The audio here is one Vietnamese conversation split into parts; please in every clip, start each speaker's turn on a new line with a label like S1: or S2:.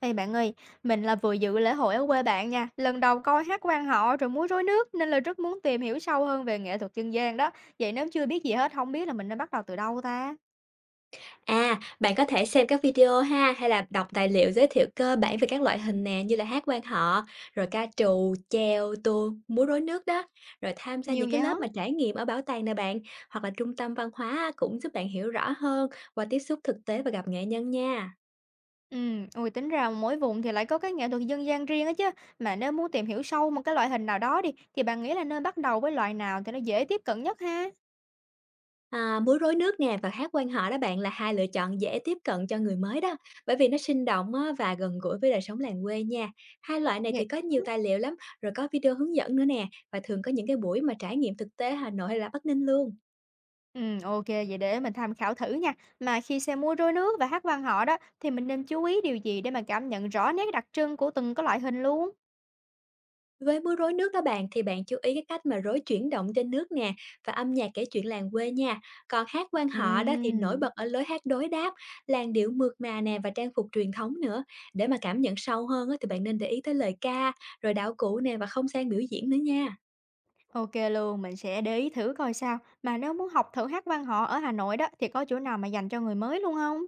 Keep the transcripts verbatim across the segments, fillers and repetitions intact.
S1: Ê bạn ơi, mình là vừa dự lễ hội ở quê bạn nha, lần đầu coi hát quan họ rồi múa rối nước nên là rất muốn tìm hiểu sâu hơn về nghệ thuật dân gian đó. Vậy nếu chưa biết gì hết, không biết là mình nên bắt đầu từ đâu ta?
S2: À, bạn có thể xem các video ha, hay là đọc tài liệu giới thiệu cơ bản về các loại hình nè, như là hát quan họ, rồi ca trù, chèo, tuồng, múa rối nước đó. Rồi tham gia
S1: Nhiều
S2: những cái
S1: vậy hả?
S2: lớp mà trải nghiệm ở bảo tàng nè bạn, hoặc là trung tâm văn hóa á, cũng giúp bạn hiểu rõ hơn qua tiếp xúc thực tế và gặp nghệ nhân nha.
S1: Ừ, ui tính ra mỗi vùng thì lại có cái nghệ thuật dân gian riêng á chứ. Mà nếu muốn tìm hiểu sâu một cái loại hình nào đó đi, thì bạn nghĩ là nên bắt đầu với loại nào thì nó dễ tiếp cận nhất ha?
S2: À, múa rối nước nè và hát quan họ đó bạn là hai lựa chọn dễ tiếp cận cho người mới đó, bởi vì nó sinh động á, và gần gũi với đời sống làng quê nha. Hai loại này thì
S1: Vậy
S2: có nhiều
S1: hả?
S2: tài liệu lắm, rồi có video hướng dẫn nữa nè, và thường có những cái buổi mà trải nghiệm thực tế Hà Nội hay là Bắc Ninh luôn.
S1: Ừ, ok, vậy để mình tham khảo thử nha. Mà khi xem múa rối nước và hát quan họ đó, thì mình nên chú ý điều gì để mà cảm nhận rõ nét đặc trưng của từng cái loại hình luôn?
S2: Với múa rối nước đó bạn thì bạn chú ý cái cách mà rối chuyển động trên nước nè và âm nhạc kể chuyện làng quê nha. Còn hát quan họ đó thì nổi bật
S1: Ừm,
S2: ở lối hát đối đáp, làn điệu mượt mà nè và trang phục truyền thống nữa. Để mà cảm nhận sâu hơn á, thì bạn nên để ý tới lời ca, rồi đạo cụ nè và không gian biểu diễn nữa nha.
S1: ok luôn, mình sẽ để ý thử coi sao. Mà nếu muốn học thử hát văn họ ở Hà Nội đó, thì có chỗ nào mà dành cho người mới luôn không?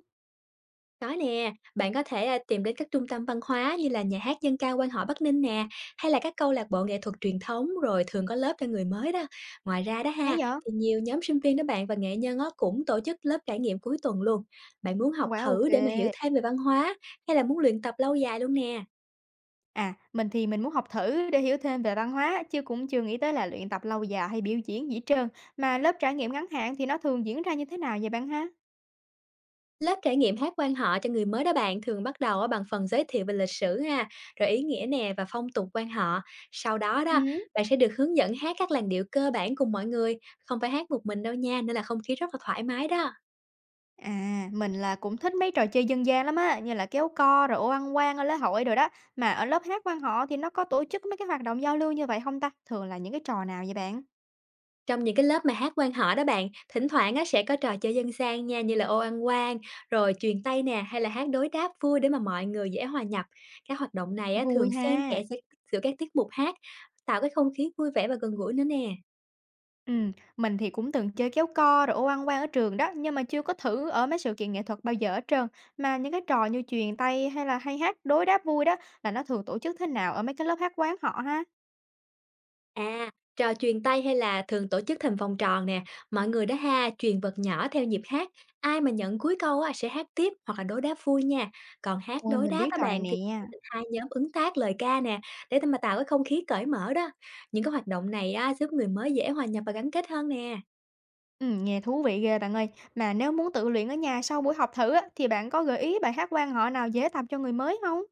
S2: Có nè, bạn có thể à, tìm đến các trung tâm văn hóa như là nhà hát dân ca quan họ Bắc Ninh nè, hay là các câu lạc bộ nghệ thuật truyền thống rồi thường có lớp cho người mới đó. Ngoài ra đó
S1: Hay
S2: ha,
S1: vậy?
S2: thì nhiều nhóm sinh viên đó bạn và nghệ nhân đó cũng tổ chức lớp trải nghiệm cuối tuần luôn. Bạn muốn học
S1: Quá
S2: thử để mà hiểu
S1: ok.
S2: thêm về văn hóa hay là muốn luyện tập lâu dài luôn nè?
S1: À, mình thì mình muốn học thử để hiểu thêm về văn hóa, chứ cũng chưa nghĩ tới là luyện tập lâu dài hay biểu diễn gì hết trơn. Mà lớp trải nghiệm ngắn hạn thì nó thường diễn ra như thế nào vậy bạn ha?
S2: Lớp trải nghiệm hát quan họ cho người mới đó bạn thường bắt đầu á bằng phần giới thiệu về lịch sử ha, rồi ý nghĩa nè và phong tục quan họ. Sau đó đó,
S1: Ừm.
S2: bạn sẽ được hướng dẫn hát các làn điệu cơ bản cùng mọi người, không phải hát một mình đâu nha, nên là không khí rất là thoải mái đó.
S1: À, mình là cũng thích mấy trò chơi dân gian lắm á, như là kéo co rồi ô ăn quan ở lễ hội rồi đó. Mà ở lớp hát văn họ thì nó có tổ chức mấy cái hoạt động giao lưu như vậy không ta? Thường là những cái trò nào vậy bạn?
S2: Trong những cái lớp mà hát quan họ đó bạn, thỉnh thoảng á sẽ có trò chơi dân gian nha như là ô ăn quan, rồi chuyền tay nè hay là hát đối đáp vui để mà mọi người dễ hòa nhập. Các hoạt động này á thường
S1: Vui
S2: xen
S1: ha.
S2: kẽ giữa giữa các tiết mục hát, tạo cái không khí vui vẻ và gần gũi nữa nè.
S1: Ừm, mình thì cũng từng chơi kéo co rồi ô ăn quan ở trường đó, nhưng mà chưa có thử ở mấy sự kiện nghệ thuật bao giờ hết trơn. Mà những cái trò như chuyền tay hay là hay hát đối đáp vui đó là nó thường tổ chức thế nào ở mấy cái lớp hát quán họ ha?
S2: À, trò chuyền tay hay là thường tổ chức thành vòng tròn nè, mọi người đó ha, chuyền vật nhỏ theo nhịp hát, ai mà nhận cuối câu á, sẽ hát tiếp hoặc là đối đáp vui nha. Còn hát
S1: Ôi,
S2: đối
S1: mình
S2: đáp
S1: biết
S2: các
S1: trò này
S2: bạn thì
S1: nè.
S2: hai nhóm ứng tác lời ca nè, để mà tạo cái không khí cởi mở đó. Những cái hoạt động này á, giúp người mới dễ hòa nhập và gắn kết hơn nè.
S1: Ừm, nghe thú vị ghê bạn ơi. Mà nếu muốn tự luyện ở nhà sau buổi học thử á, thì bạn có gợi ý bài hát quan họ nào dễ tập cho người mới không?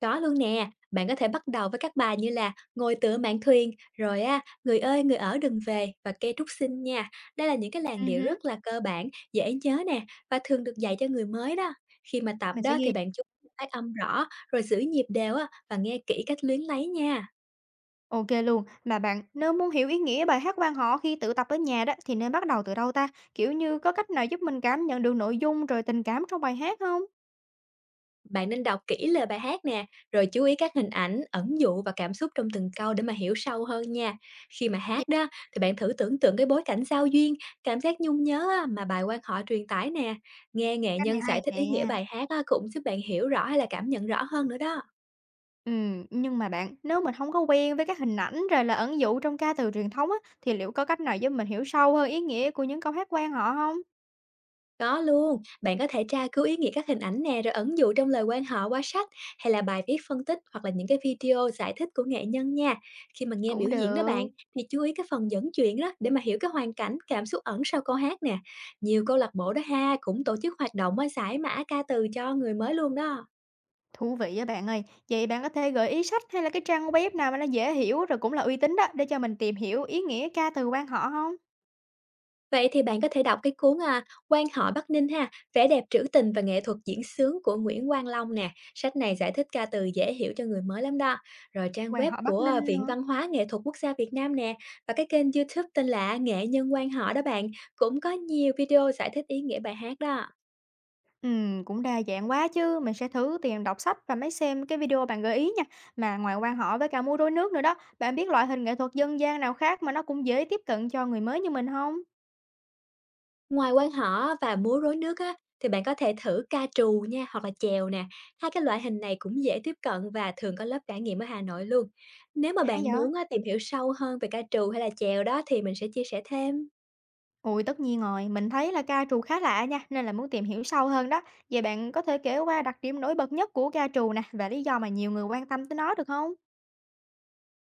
S2: Có luôn nè, bạn có thể bắt đầu với các bài như là Ngồi tựa mạn thuyền, rồi á, Người ơi người ở đừng về và Cây trúc xinh nha. Đây là những cái làn
S1: Ừ
S2: điệu
S1: hứ,
S2: rất là cơ bản, dễ nhớ nè và thường được dạy cho người mới đó. Khi mà tập
S1: mình sẽ
S2: đó thì
S1: ghi.
S2: bạn chú ý phát âm rõ, rồi giữ nhịp đều á và nghe kỹ cách luyến lấy nha.
S1: OK luôn. Mà bạn, nếu muốn hiểu ý nghĩa bài hát quan họ khi tự tập ở nhà đó, thì nên bắt đầu từ đâu ta? Kiểu như, có cách nào giúp mình cảm nhận được nội dung rồi tình cảm trong bài hát không?
S2: Bạn nên đọc kỹ lời bài hát nè, rồi chú ý các hình ảnh, ẩn dụ và cảm xúc trong từng câu để mà hiểu sâu hơn nha. Khi mà
S1: Yeah,
S2: hát đó, thì bạn thử tưởng tượng cái bối cảnh giao duyên, cảm giác nhung nhớ á, mà bài quan họ truyền tải nè. Nghe nghệ
S1: cách
S2: nhân
S1: này hay
S2: giải thích ý nghĩa
S1: nè.
S2: bài hát á, cũng giúp bạn hiểu rõ hay là cảm nhận rõ hơn nữa đó.
S1: Ừ, nhưng mà bạn, nếu mình không có quen với các hình ảnh rồi là ẩn dụ trong ca từ truyền thống á, thì liệu có cách nào giúp mình hiểu sâu hơn ý nghĩa của những câu hát quan họ không?
S2: Có luôn, bạn có thể tra cứu ý nghĩa các hình ảnh nè, rồi ẩn dụ trong lời quan họ qua sách hay là bài viết phân tích hoặc là những cái video giải thích của nghệ nhân nha. Khi mà nghe
S1: Cũng
S2: biểu diễn đó bạn
S1: được.
S2: thì chú ý cái phần dẫn chuyện đó để mà hiểu cái hoàn cảnh, cảm xúc ẩn sau câu hát nè. Nhiều câu lạc bộ đó ha cũng tổ chức hoạt động á, giải mã ca từ cho người mới luôn đó.
S1: Thú vị á bạn ơi. Vậy bạn có thể gợi ý sách hay là cái trang web nào mà nó dễ hiểu rồi cũng là uy tín đó, để cho mình tìm hiểu ý nghĩa ca từ quan họ không?
S2: Vậy thì bạn có thể đọc cái cuốn, a, Quan họ Bắc Ninh ha, Vẻ đẹp trữ tình và nghệ thuật diễn sướng của Nguyễn Quang Long nè, sách này giải thích ca từ dễ hiểu cho người mới lắm đó. Rồi trang
S1: Quan
S2: web
S1: họ Bắc
S2: của, a,
S1: Ninh
S2: Viện
S1: nữa.
S2: Văn hóa Nghệ thuật Quốc gia Việt Nam nè, và cái kênh diu tu tên là Nghệ nhân quan họ đó bạn, cũng có nhiều video giải thích ý nghĩa bài hát đó.
S1: Ừm, cũng đa dạng quá chứ, mình sẽ thử tìm đọc sách và mới xem cái video bạn gợi ý nha. Mà ngoài quan họ với cả múa rối nước nữa đó, bạn biết loại hình nghệ thuật dân gian nào khác mà nó cũng dễ tiếp cận cho người mới như mình không?
S2: Ngoài quang họ và múa rối nước á, thì bạn có thể thử ca trù nha hoặc là chèo nè. Hai cái loại hình này cũng dễ tiếp cận và thường có lớp trải nghiệm ở Hà Nội luôn. Nếu mà
S1: Hay
S2: bạn
S1: vậy?
S2: muốn á, tìm hiểu sâu hơn về ca trù hay là chèo đó thì mình sẽ chia sẻ thêm.
S1: Ui tất nhiên rồi, mình thấy là ca trù khá lạ nha, nên là muốn tìm hiểu sâu hơn đó. Vậy bạn có thể kể qua đặc điểm nổi bật nhất của ca trù nè, và lý do mà nhiều người quan tâm tới nó được không?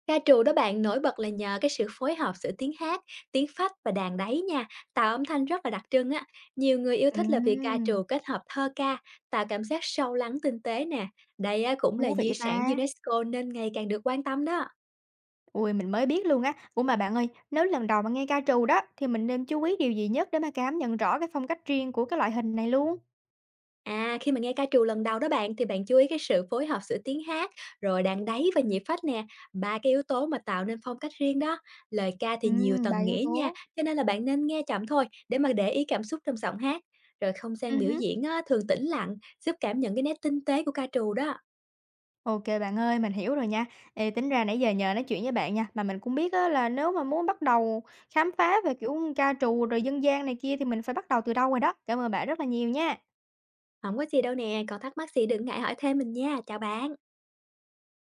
S2: Ca trù đó bạn nổi bật là nhờ cái sự phối hợp giữa tiếng hát, tiếng phách và đàn đáy nha, tạo âm thanh rất là đặc trưng á. Nhiều người yêu thích là vì ca trù
S1: Ừm,
S2: kết hợp thơ ca, tạo cảm giác sâu lắng tinh tế nè. Đây á, cũng là
S1: thú
S2: di
S1: vị
S2: sản
S1: ta!
S2: u nét cô nên ngày càng được quan tâm đó.
S1: Ui mình mới biết luôn á. Ủa mà bạn ơi, nếu lần đầu mà nghe ca trù đó thì mình nên chú ý điều gì nhất để mà cảm nhận rõ cái phong cách riêng của cái loại hình này luôn?
S2: À, khi mà nghe ca trù lần đầu đó bạn thì bạn chú ý cái sự phối hợp giữa tiếng hát, rồi đàn đáy và nhịp phách nè, ba cái yếu tố mà tạo nên phong cách riêng đó. Lời ca thì nhiều
S1: Ừm, ba
S2: tầng
S1: yếu
S2: nghĩa nha,
S1: tố.
S2: cho nên là bạn nên nghe chậm thôi để mà để ý cảm xúc trong giọng hát. Rồi không
S1: Ừ
S2: gian biểu
S1: hứ.
S2: diễn á, thường tĩnh lặng, giúp cảm nhận cái nét tinh tế của ca trù đó.
S1: Ok bạn ơi, mình hiểu rồi nha. Ê, tính ra nãy giờ nhờ nói chuyện với bạn nha, mà mình cũng biết á, là nếu mà muốn bắt đầu khám phá về kiểu ca trù rồi dân gian này kia thì mình phải bắt đầu từ đâu rồi đó. Cảm ơn bạn rất là nhiều nha.
S2: Không có gì đâu nè, còn thắc mắc gì đừng ngại hỏi thêm mình nha. Chào bạn.